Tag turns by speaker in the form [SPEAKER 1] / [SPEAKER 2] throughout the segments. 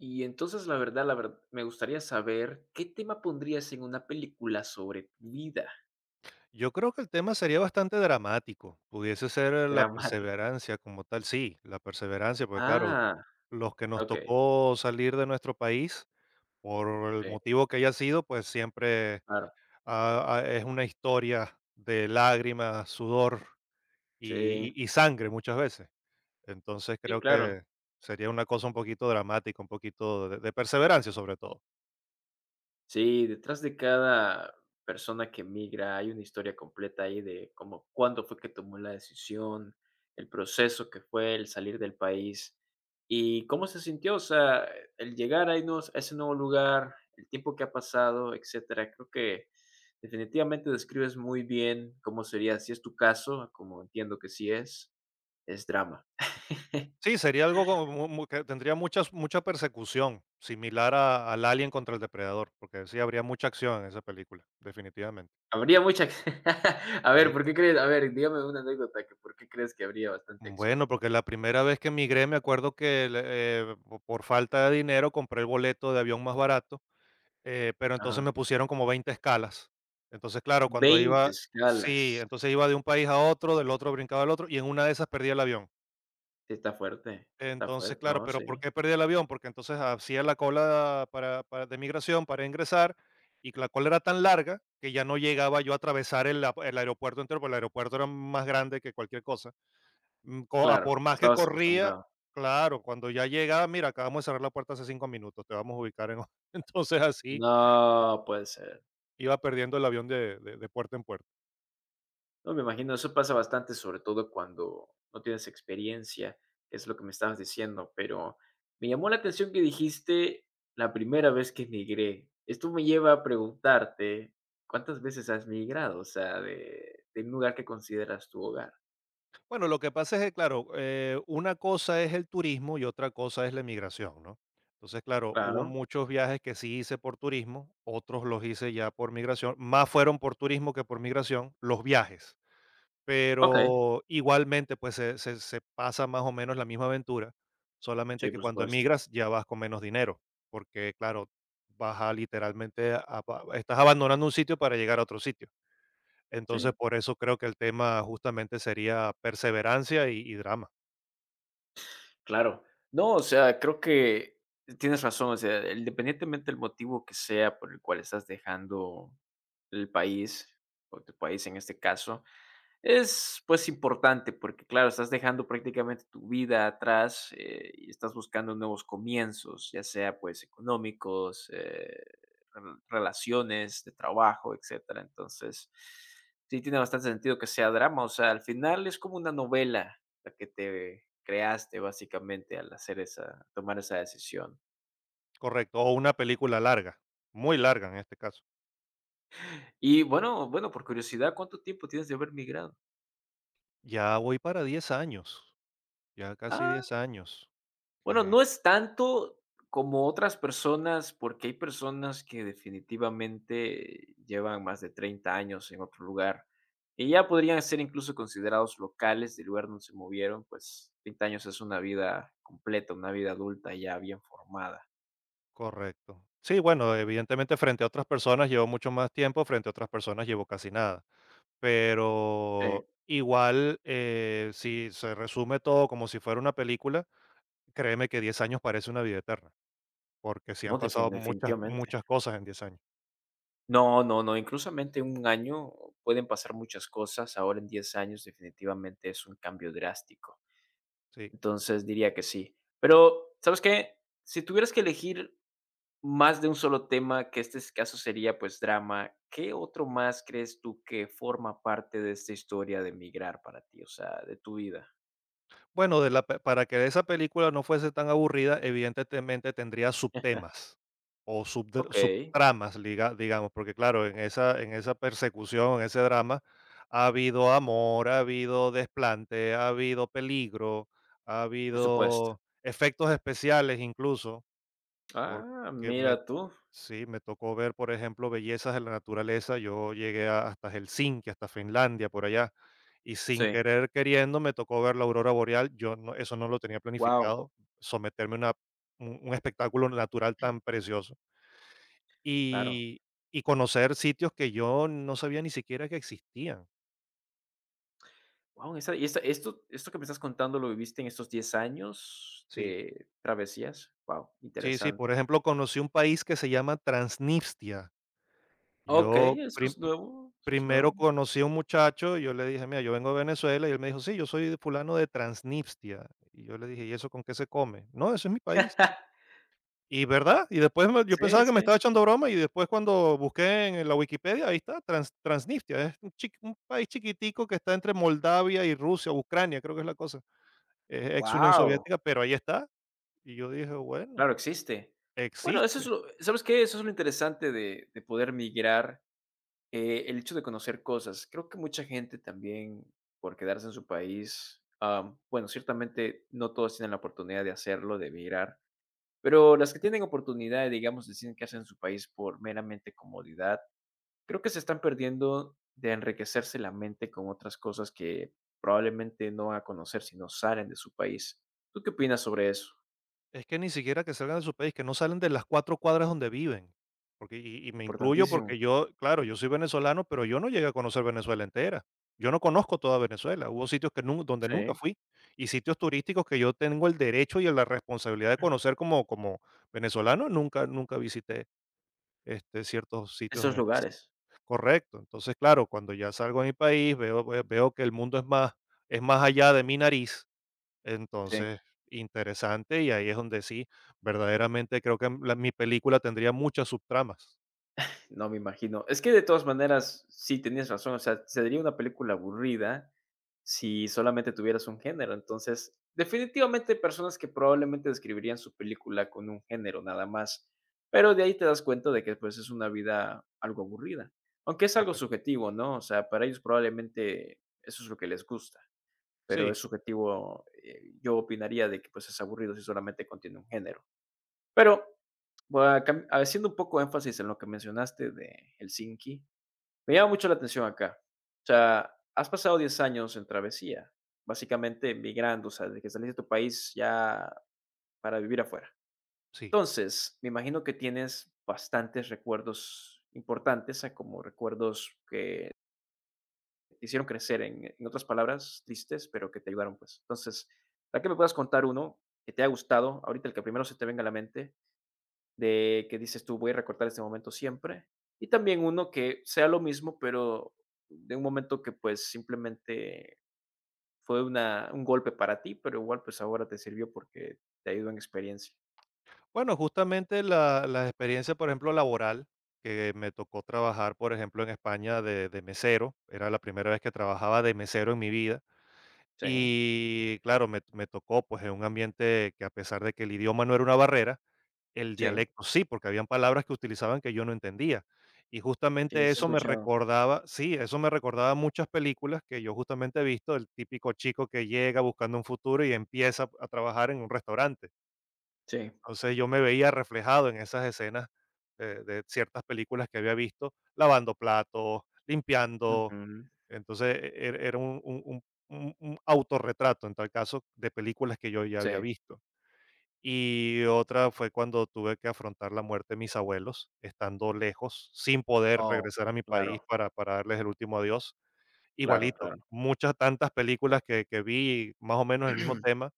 [SPEAKER 1] Y entonces, la verdad, me gustaría saber, ¿qué tema pondrías en una película sobre tu vida?
[SPEAKER 2] Yo creo que el tema sería bastante dramático. Pudiese ser la
[SPEAKER 1] Dramática.
[SPEAKER 2] perseverancia como tal. Sí, la perseverancia, porque claro,
[SPEAKER 1] Ah,
[SPEAKER 2] los que nos
[SPEAKER 1] okey.
[SPEAKER 2] tocó salir de nuestro país, por el
[SPEAKER 1] Sí,
[SPEAKER 2] motivo que haya sido, pues siempre
[SPEAKER 1] claro.
[SPEAKER 2] es una historia de lágrimas, sudor
[SPEAKER 1] Sí.
[SPEAKER 2] y sangre muchas veces. Entonces
[SPEAKER 1] Sí,
[SPEAKER 2] creo
[SPEAKER 1] claro.
[SPEAKER 2] que sería una cosa un poquito dramática, un poquito de perseverancia sobre todo.
[SPEAKER 1] Sí, detrás de cada persona que migra hay una historia completa ahí de cómo cuándo fue que tomó la decisión, el proceso que fue el salir del país y cómo se sintió, o sea, el llegar a irnos a ese nuevo lugar, el tiempo que ha pasado, etcétera. Creo que definitivamente describes muy bien cómo sería, si es tu caso, como entiendo que sí es drama.
[SPEAKER 2] Sí, sería algo como mu mu que tendría mucha persecución, similar a al Alien contra el Depredador, porque sí habría mucha acción en esa película, definitivamente.
[SPEAKER 1] Habría mucha A ver,
[SPEAKER 2] Sí.
[SPEAKER 1] ¿por qué crees? A ver, dígame una anécdota que, ¿por qué crees que habría bastante acción?
[SPEAKER 2] Bueno, porque la primera vez que emigré, me acuerdo que el, po por falta de dinero compré el boleto de avión más barato, pero entonces
[SPEAKER 1] Ajá.
[SPEAKER 2] me pusieron como 20 escalas. Entonces, claro, cuando
[SPEAKER 1] 20
[SPEAKER 2] iba sí,
[SPEAKER 1] escalas.
[SPEAKER 2] entonces iba de un país a otro, del otro brincaba al otro, y en una de esas perdí el avión.
[SPEAKER 1] Sí, está fuerte, está
[SPEAKER 2] Entonces,
[SPEAKER 1] fuerte.
[SPEAKER 2] claro,
[SPEAKER 1] No,
[SPEAKER 2] pero ¿por
[SPEAKER 1] sí,
[SPEAKER 2] qué perdí el avión? Porque entonces hacía la cola para de migración para ingresar, y la cola era tan larga que ya no llegaba yo a atravesar el aeropuerto entero, porque el aeropuerto era más grande que cualquier cosa. Mm, co a
[SPEAKER 1] claro,
[SPEAKER 2] Por
[SPEAKER 1] no
[SPEAKER 2] más que
[SPEAKER 1] estabas
[SPEAKER 2] corría,
[SPEAKER 1] acostumbrado.
[SPEAKER 2] claro, cuando ya llegaba: "Mira, acabamos de cerrar la puerta hace 5 minutos, te vamos a ubicar en" o-". Entonces así
[SPEAKER 1] No puede ser.
[SPEAKER 2] iba perdiendo el avión de puerta en puerta.
[SPEAKER 1] No, me imagino, eso pasa bastante, sobre todo cuando no tienes experiencia, es lo que me estabas diciendo, pero me llamó la atención que dijiste la primera vez que migré. Esto me lleva a preguntarte, ¿cuántas veces has migrado? O sea, de un lugar que consideras tu hogar.
[SPEAKER 2] Bueno, lo que pasa es que, claro, una cosa es el turismo y otra cosa es la emigración, ¿no? Entonces, claro, hubo
[SPEAKER 1] Claro.
[SPEAKER 2] muchos viajes que sí hice por turismo, otros los hice ya por migración, más fueron por turismo que por migración, los viajes,
[SPEAKER 1] Okey.
[SPEAKER 2] pero igualmente, pues se pasa más o menos la misma aventura, solamente
[SPEAKER 1] Sí,
[SPEAKER 2] que
[SPEAKER 1] por
[SPEAKER 2] cuando
[SPEAKER 1] supuesto.
[SPEAKER 2] emigras ya vas con menos dinero, porque, claro, vas a literalmente, estás abandonando un sitio para llegar a otro sitio. Entonces,
[SPEAKER 1] Sí.
[SPEAKER 2] por eso creo que el tema justamente sería perseverancia y drama.
[SPEAKER 1] Claro. No, o sea, creo que tienes razón, o sea, independientemente del motivo que sea por el cual estás dejando el país, o tu país en este caso, es, pues, importante porque, claro, estás dejando prácticamente tu vida atrás, y estás buscando nuevos comienzos, ya sea, pues, económicos, relaciones de trabajo, etcétera. Entonces, sí tiene bastante sentido que sea drama. O sea, al final es como una novela la que te creaste básicamente al hacer esa, tomar esa decisión.
[SPEAKER 2] Correcto, o una película larga, muy larga en este caso.
[SPEAKER 1] Y bueno, bueno, por curiosidad, ¿cuánto tiempo tienes de haber migrado?
[SPEAKER 2] Ya voy para 10 años, ya casi
[SPEAKER 1] Ah,
[SPEAKER 2] 10 años,
[SPEAKER 1] bueno,
[SPEAKER 2] que
[SPEAKER 1] no es tanto como otras personas, porque hay personas que definitivamente llevan más de 30 años en otro lugar y ya podrían ser incluso considerados locales del lugar donde se movieron, pues 30 años es una vida completa, una vida adulta ya bien formada.
[SPEAKER 2] correcto. Sí, bueno, evidentemente frente a otras personas llevo mucho más tiempo, frente a otras personas llevo casi nada,
[SPEAKER 1] Sí.
[SPEAKER 2] pero igual, si se resume todo como si fuera una película, créeme que 10 años parece una vida eterna, porque sí han
[SPEAKER 1] No,
[SPEAKER 2] pasado muchas,
[SPEAKER 1] definitivamente.
[SPEAKER 2] muchas cosas en 10 años,
[SPEAKER 1] No, no, no, inclusamente en 1 año pueden pasar muchas cosas, ahora en 10 años definitivamente es un cambio drástico.
[SPEAKER 2] sí.
[SPEAKER 1] Entonces diría que sí. Pero, ¿sabes qué? Si tuvieras que elegir más de un solo tema, que este caso sería pues drama, ¿qué otro más crees tú que forma parte de esta historia de migrar para ti, o sea, de tu vida?
[SPEAKER 2] Bueno, de la pe para que esa película no fuese tan aburrida, evidentemente tendría subtemas o subdr
[SPEAKER 1] Ok,
[SPEAKER 2] subtramas, liga digamos, porque claro, en esa persecución, en ese drama, ha habido amor, ha habido desplante, ha habido peligro, ha
[SPEAKER 1] por supuesto.
[SPEAKER 2] habido efectos especiales incluso,
[SPEAKER 1] Ah,
[SPEAKER 2] porque me
[SPEAKER 1] mira tú.
[SPEAKER 2] sí, me tocó ver, por ejemplo, bellezas de la naturaleza. Yo llegué hasta Helsinki, hasta Finlandia, por allá, y sin
[SPEAKER 1] Sí.
[SPEAKER 2] querer queriendo me tocó ver la aurora boreal. Yo no, eso no lo tenía
[SPEAKER 1] Wow,
[SPEAKER 2] planificado, someterme a un espectáculo natural tan precioso
[SPEAKER 1] claro.
[SPEAKER 2] y, y conocer sitios que yo no sabía ni siquiera que existían.
[SPEAKER 1] Wow, esa, y esta- esto que me estás contando lo viviste en estos 10 años
[SPEAKER 2] Sí,
[SPEAKER 1] de travesías. Wow,
[SPEAKER 2] sí, sí. Por
[SPEAKER 1] interesante.
[SPEAKER 2] ejemplo, conocí un país que se llama Transnistria.
[SPEAKER 1] Ok,
[SPEAKER 2] Yo
[SPEAKER 1] eso
[SPEAKER 2] prim-
[SPEAKER 1] es nuevo, eso es
[SPEAKER 2] Primero
[SPEAKER 1] nuevo.
[SPEAKER 2] conocí a un muchacho y yo le dije: "Mira, yo vengo de Venezuela", y él me dijo: "Sí, yo soy de fulano de Transnistria", y yo le dije: "¿Y eso con qué se come?". "No, eso es mi país". Y, ¿verdad? Y después me yo
[SPEAKER 1] Sí,
[SPEAKER 2] pensaba que me
[SPEAKER 1] sí.
[SPEAKER 2] estaba echando broma, y después cuando busqué en la Wikipedia, ahí está, Transnistria, es un país chiquitico que está entre Moldavia y Rusia, Ucrania, creo que es la cosa, es ex Unión
[SPEAKER 1] Wow,
[SPEAKER 2] Soviética, pero ahí está. Y yo dije: "Bueno,
[SPEAKER 1] claro, existe. Bueno, eso es
[SPEAKER 2] existe".
[SPEAKER 1] lo ¿sabes qué? Eso es lo interesante de poder migrar, el hecho de conocer cosas. Creo que mucha gente también, por quedarse en su país, bueno, ciertamente no todos tienen la oportunidad de hacerlo, de migrar, pero las que tienen oportunidad, digamos, deciden quedarse en su país por meramente comodidad, creo que se están perdiendo de enriquecerse la mente con otras cosas que probablemente no van a conocer si no salen de su país. ¿Tú qué opinas sobre eso?
[SPEAKER 2] Es que ni siquiera que salgan de su país, que no salen de las 4 cuadras donde viven. Porque y me incluyo
[SPEAKER 1] Importantísimo.
[SPEAKER 2] porque yo, claro, yo soy venezolano, pero yo no llegué a conocer Venezuela entera. Yo no conozco toda Venezuela. Hubo sitios que nun donde nunca
[SPEAKER 1] Sí,
[SPEAKER 2] fui, y sitios turísticos que yo tengo el derecho y la responsabilidad de conocer como venezolano, nunca visité, ciertos sitios en
[SPEAKER 1] esos
[SPEAKER 2] específico.
[SPEAKER 1] lugares.
[SPEAKER 2] Correcto. Entonces, claro, cuando ya salgo de mi país, veo que el mundo es más allá de mi nariz.
[SPEAKER 1] Sí,
[SPEAKER 2] Entonces, interesante, y ahí es donde sí, verdaderamente creo que mm, la mi película tendría muchas subtramas.
[SPEAKER 1] no, me imagino. Es que de todas maneras, sí, tenías razón, o sea, sería una película aburrida si solamente tuvieras un género. Entonces, definitivamente hay personas que probablemente describirían su película con un género nada más, pero de ahí te das cuenta de que pues es una vida algo aburrida, aunque es algo
[SPEAKER 2] Correcto.
[SPEAKER 1] subjetivo, ¿no? O sea, para ellos probablemente eso es lo que les gusta, pero
[SPEAKER 2] Sí,
[SPEAKER 1] es subjetivo, yo opinaría de que pues es aburrido si solamente contiene un género. Pero, haciendo un poco de énfasis en lo que mencionaste de Helsinki, me llama mucho la atención acá. O sea, has pasado 10 años en travesía, básicamente migrando, o sea, desde que saliste de tu país ya para vivir afuera.
[SPEAKER 2] sí.
[SPEAKER 1] Entonces, me imagino que tienes bastantes recuerdos importantes, como recuerdos que te hicieron crecer, en otras palabras, tristes, pero que te ayudaron, pues. Entonces, para que me puedas contar uno que te haya gustado, ahorita el que primero se te venga a la mente, de que dices tú: "Voy a recortar este momento siempre", y también uno que sea lo mismo, pero de un momento que, pues, simplemente fue una un golpe para ti, pero igual, pues, ahora te sirvió porque te ayudó en experiencia.
[SPEAKER 2] Bueno, justamente la experiencia, por ejemplo, laboral, que me tocó trabajar, por ejemplo, en España de mesero, era la primera vez que trabajaba de mesero en mi vida,
[SPEAKER 1] Sí,
[SPEAKER 2] y claro, me tocó, pues, en un ambiente que a pesar de que el idioma no era una barrera. El
[SPEAKER 1] sí,
[SPEAKER 2] dialecto sí, porque habían palabras que utilizaban que yo no entendía. Y
[SPEAKER 1] sí,
[SPEAKER 2] justamente
[SPEAKER 1] sí he
[SPEAKER 2] eso me
[SPEAKER 1] escuchado.
[SPEAKER 2] recordaba sí, eso me recordaba muchas películas que yo justamente he visto, el típico chico que llega buscando un futuro y empieza a trabajar en un restaurante.
[SPEAKER 1] Sí,
[SPEAKER 2] Entonces, yo me veía reflejado en esas escenas de ciertas películas que había visto, lavando platos, limpiando.
[SPEAKER 1] ujú,
[SPEAKER 2] Entonces, era un autorretrato, en tal caso, de películas que yo ya había
[SPEAKER 1] sí.
[SPEAKER 2] visto. Y otra fue cuando tuve que afrontar la muerte de mis abuelos, estando lejos, sin poder
[SPEAKER 1] Oh,
[SPEAKER 2] regresar a mi país
[SPEAKER 1] claro,
[SPEAKER 2] para darles el último adiós.
[SPEAKER 1] claro,
[SPEAKER 2] Igualito,
[SPEAKER 1] claro.
[SPEAKER 2] muchas tantas películas que vi, más o menos el mismo tema,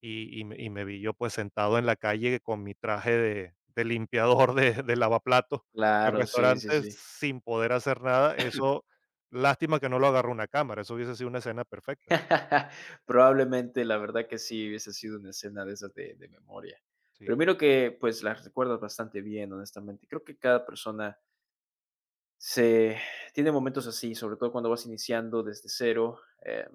[SPEAKER 2] y me vi yo, pues, sentado en la calle con mi traje de limpiador de lavaplatos del
[SPEAKER 1] Claro, sí, sí,
[SPEAKER 2] restaurante
[SPEAKER 1] sí.
[SPEAKER 2] sin poder hacer nada. Eso, lástima que no lo agarró una cámara, eso hubiese sido una escena perfecta.
[SPEAKER 1] Probablemente, la verdad que sí hubiese sido una escena de esas de, memoria. Pero
[SPEAKER 2] Sí,
[SPEAKER 1] miro que pues las recuerdas bastante bien, honestamente. Creo que cada persona se tiene momentos así, sobre todo cuando vas iniciando desde cero. eh,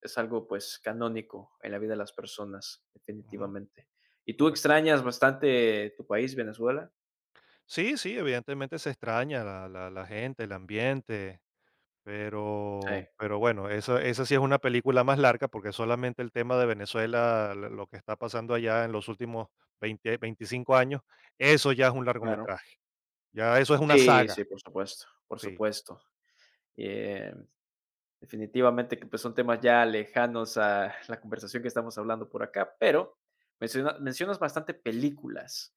[SPEAKER 1] es algo pues canónico en la vida de las personas,
[SPEAKER 2] ujú,
[SPEAKER 1] definitivamente. ¿Y tú
[SPEAKER 2] correcto.
[SPEAKER 1] extrañas bastante tu país, Venezuela?
[SPEAKER 2] Sí, sí, evidentemente se extraña la gente, el ambiente,
[SPEAKER 1] Sí,
[SPEAKER 2] pero bueno, esa sí es una película más larga, porque solamente el tema de Venezuela, lo que está pasando allá en los últimos 20 25 años, eso ya es un
[SPEAKER 1] claro.
[SPEAKER 2] largometraje, ya eso es una
[SPEAKER 1] Sí,
[SPEAKER 2] saga,
[SPEAKER 1] sí, por supuesto, por
[SPEAKER 2] sí.
[SPEAKER 1] supuesto. Definitivamente que pues son temas ya lejanos a la conversación que estamos hablando por acá, pero mencionas bastante películas.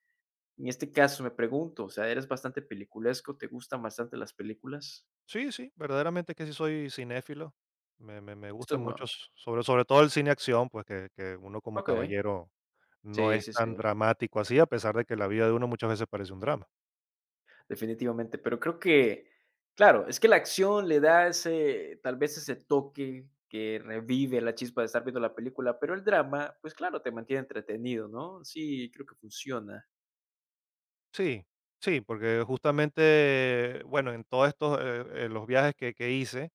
[SPEAKER 1] En este caso me pregunto, o sea, ¿eres bastante peliculesco? ¿Te gustan bastante las películas?
[SPEAKER 2] Sí, sí, verdaderamente que sí soy cinéfilo, me gusta
[SPEAKER 1] Esto
[SPEAKER 2] mucho,
[SPEAKER 1] ma-
[SPEAKER 2] s sobre sobre todo el cine acción, pues, que uno como
[SPEAKER 1] Ok,
[SPEAKER 2] caballero no
[SPEAKER 1] sí,
[SPEAKER 2] es
[SPEAKER 1] sí,
[SPEAKER 2] tan
[SPEAKER 1] sí,
[SPEAKER 2] dramático así, a pesar de que la vida de uno muchas veces parece un drama.
[SPEAKER 1] definitivamente, pero creo que, claro, es que la acción le da ese, tal vez ese toque que revive la chispa de estar viendo la película, pero el drama, pues claro, te mantiene entretenido, ¿no? Sí, creo que funciona,
[SPEAKER 2] Sí, sí, porque justamente, bueno, en todos estos, los viajes que hice,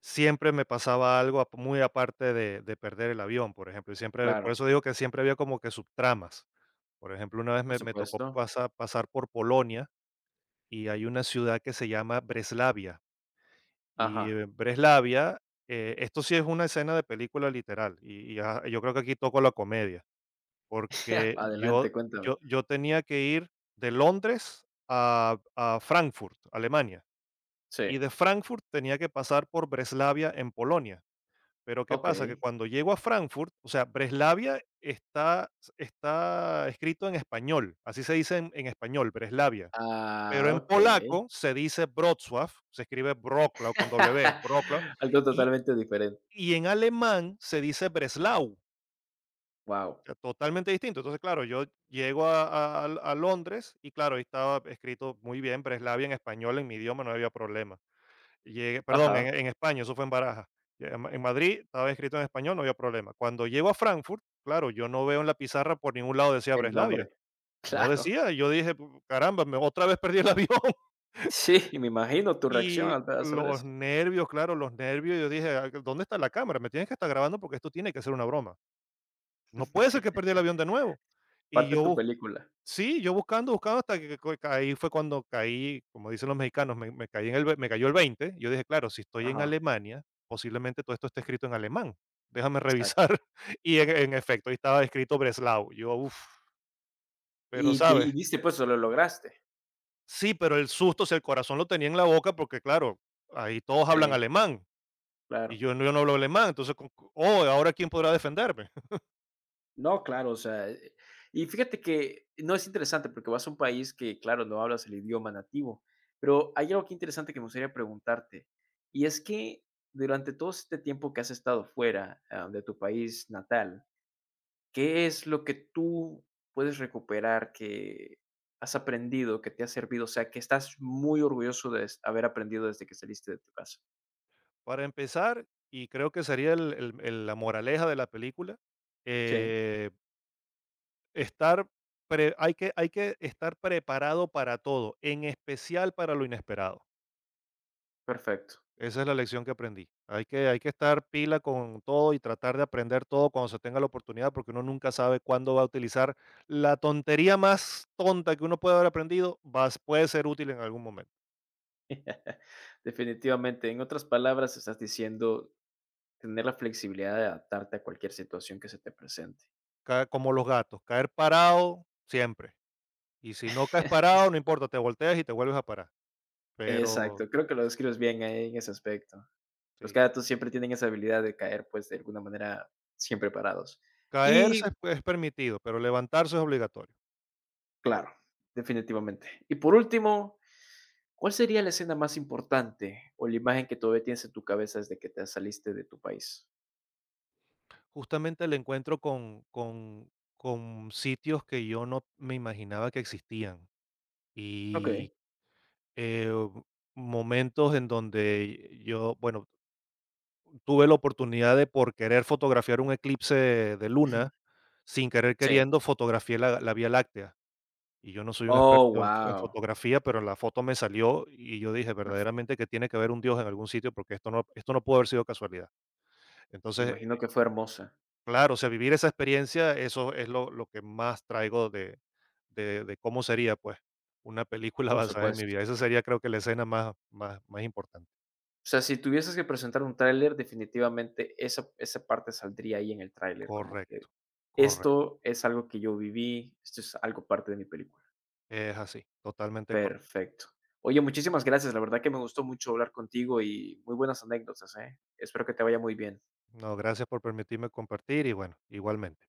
[SPEAKER 2] siempre me pasaba algo muy aparte de perder el avión, por ejemplo, y siempre, por
[SPEAKER 1] claro,
[SPEAKER 2] eso digo que siempre había como que subtramas. Por ejemplo, una vez
[SPEAKER 1] por
[SPEAKER 2] me tocó
[SPEAKER 1] supuesto.
[SPEAKER 2] pasar por Polonia y hay una ciudad que se llama Breslavia. Y
[SPEAKER 1] Ajá.
[SPEAKER 2] Breslavia, esto sí es una escena de película literal, yo creo que aquí toco la comedia porque yo
[SPEAKER 1] Adelante, cuéntame.
[SPEAKER 2] yo yo tenía que ir de Londres a Frankfurt, Alemania,
[SPEAKER 1] Sí,
[SPEAKER 2] y de Frankfurt tenía que pasar por Breslavia en Polonia. Pero, ¿qué pasa? Que
[SPEAKER 1] okey.
[SPEAKER 2] cuando llego a Frankfurt, o sea, Breslavia está escrito en español, así se dice en español, Breslavia, pero
[SPEAKER 1] Ah,
[SPEAKER 2] en
[SPEAKER 1] okey.
[SPEAKER 2] polaco se dice Wrocław, se escribe Wrocław con W, Wrocław,
[SPEAKER 1] Algo
[SPEAKER 2] y
[SPEAKER 1] totalmente diferente.
[SPEAKER 2] y en alemán se dice Breslau.
[SPEAKER 1] Wow.
[SPEAKER 2] Sea, totalmente distinto. Entonces, claro, yo llego a Londres y claro, ahí estaba escrito muy bien Breslavia en español, en mi idioma no había problema. Llegué, perdón,
[SPEAKER 1] Ajá,
[SPEAKER 2] en España, eso fue en Baraja. En Madrid estaba escrito en español, no había problema. Cuando llego a Frankfurt, claro, yo no veo en la pizarra por ningún lado decía
[SPEAKER 1] el
[SPEAKER 2] Breslavia.
[SPEAKER 1] nombre.
[SPEAKER 2] No
[SPEAKER 1] Claro.
[SPEAKER 2] decía, y yo dije, Caramba, otra vez perdí el avión.
[SPEAKER 1] Sí, me imagino tu reacción
[SPEAKER 2] Y
[SPEAKER 1] al saber
[SPEAKER 2] los
[SPEAKER 1] eso.
[SPEAKER 2] nervios, claro, los nervios, yo dije, "Ah, ¿dónde está la cámara? Me tienes que estar grabando porque esto tiene que ser una broma. No puede ser que perdí el avión de nuevo. Y
[SPEAKER 1] Parte de tu
[SPEAKER 2] yo
[SPEAKER 1] película.
[SPEAKER 2] Sí, yo buscando, buscando hasta que co ahí fue cuando caí, como dicen los mexicanos, me me caí en el ve- me cayó el 20. Yo dije: "Claro, si estoy en
[SPEAKER 1] Ajá,
[SPEAKER 2] Alemania, posiblemente todo esto esté escrito en alemán. Déjame revisar".
[SPEAKER 1] exacto.
[SPEAKER 2] Y en efecto, ahí estaba escrito Breslau. Yo, uf, pero,
[SPEAKER 1] Y di
[SPEAKER 2] ¿sabes?
[SPEAKER 1] y diste, pues, lo lograste.
[SPEAKER 2] Sí, pero el susto, o sea, el corazón lo tenía en la boca porque, claro, ahí todos hablan
[SPEAKER 1] Sí,
[SPEAKER 2] alemán y
[SPEAKER 1] claro.
[SPEAKER 2] yo no hablo alemán. Entonces, con co oh, ¿ahora quién podrá defenderme?
[SPEAKER 1] No, claro, o sea, y fíjate que no es interesante porque vas a un país que, claro, no hablas el idioma nativo, pero hay algo que interesante que me gustaría preguntarte, y es que durante todo este tiempo que has estado fuera, de tu país natal, ¿qué es lo que tú puedes recuperar que has aprendido, que te ha servido? O sea, que estás muy orgulloso de haber aprendido desde que saliste de tu casa.
[SPEAKER 2] Para empezar, y creo que sería el la moraleja de la película,
[SPEAKER 1] Sí,
[SPEAKER 2] eh Estar pre hay que estar preparado para todo, en especial para lo inesperado.
[SPEAKER 1] perfecto.
[SPEAKER 2] Esa es la lección que aprendí. Hay que estar pila con todo y tratar de aprender todo cuando se tenga la oportunidad, porque uno nunca sabe cuándo va a utilizar la tontería más tonta que uno puede haber aprendido, vas puede ser útil en algún momento.
[SPEAKER 1] Definitivamente, en otras palabras, estás diciendo tener la flexibilidad de adaptarte a cualquier situación que se te presente.
[SPEAKER 2] Ca Como los gatos, caer parado siempre. Y si no caes parado, no importa, te volteas y te vuelves a parar. Pero
[SPEAKER 1] Exacto, creo que lo
[SPEAKER 2] sí,
[SPEAKER 1] describes bien ahí en ese aspecto. Los
[SPEAKER 2] sí,
[SPEAKER 1] gatos siempre tienen esa habilidad de caer, pues, de alguna manera, siempre parados.
[SPEAKER 2] caerse
[SPEAKER 1] Y
[SPEAKER 2] es permitido, pero levantarse es obligatorio.
[SPEAKER 1] claro, definitivamente. Y por último, ¿cuál sería la escena más importante o la imagen que todavía tienes en tu cabeza desde que te saliste de tu país?
[SPEAKER 2] Justamente el encuentro con sitios que yo no me imaginaba que existían
[SPEAKER 1] Okey.
[SPEAKER 2] y, eh, momentos en donde yo, bueno, tuve la oportunidad de por querer fotografiar un eclipse de luna, sin querer
[SPEAKER 1] Sí.
[SPEAKER 2] queriendo fotografié la Vía Láctea, y yo no soy un
[SPEAKER 1] Oh,
[SPEAKER 2] experto en
[SPEAKER 1] wow.
[SPEAKER 2] fotografía, pero la foto me salió y yo dije verdaderamente que tiene que haber un Dios en algún sitio porque esto no pudo haber sido casualidad. Entonces
[SPEAKER 1] Imagino que fue hermosa,
[SPEAKER 2] Claro, o sea, vivir esa experiencia, eso es lo que más traigo de cómo sería, pues, una película
[SPEAKER 1] por
[SPEAKER 2] basada en mi
[SPEAKER 1] supuesto.
[SPEAKER 2] vida. Esa sería, creo que, la escena más, más, más importante.
[SPEAKER 1] O sea, si tuvieses que presentar un tráiler, definitivamente esa parte saldría ahí en el tráiler, como
[SPEAKER 2] Correcto,
[SPEAKER 1] que
[SPEAKER 2] correcto.
[SPEAKER 1] esto es algo que yo viví, esto es algo parte de mi película.
[SPEAKER 2] Es así, totalmente correcto.
[SPEAKER 1] Perfecto. Oye, muchísimas gracias, la verdad que me gustó mucho hablar contigo y muy buenas anécdotas, ¿eh? Espero que te vaya muy bien.
[SPEAKER 2] No, gracias por permitirme compartir y bueno, igualmente.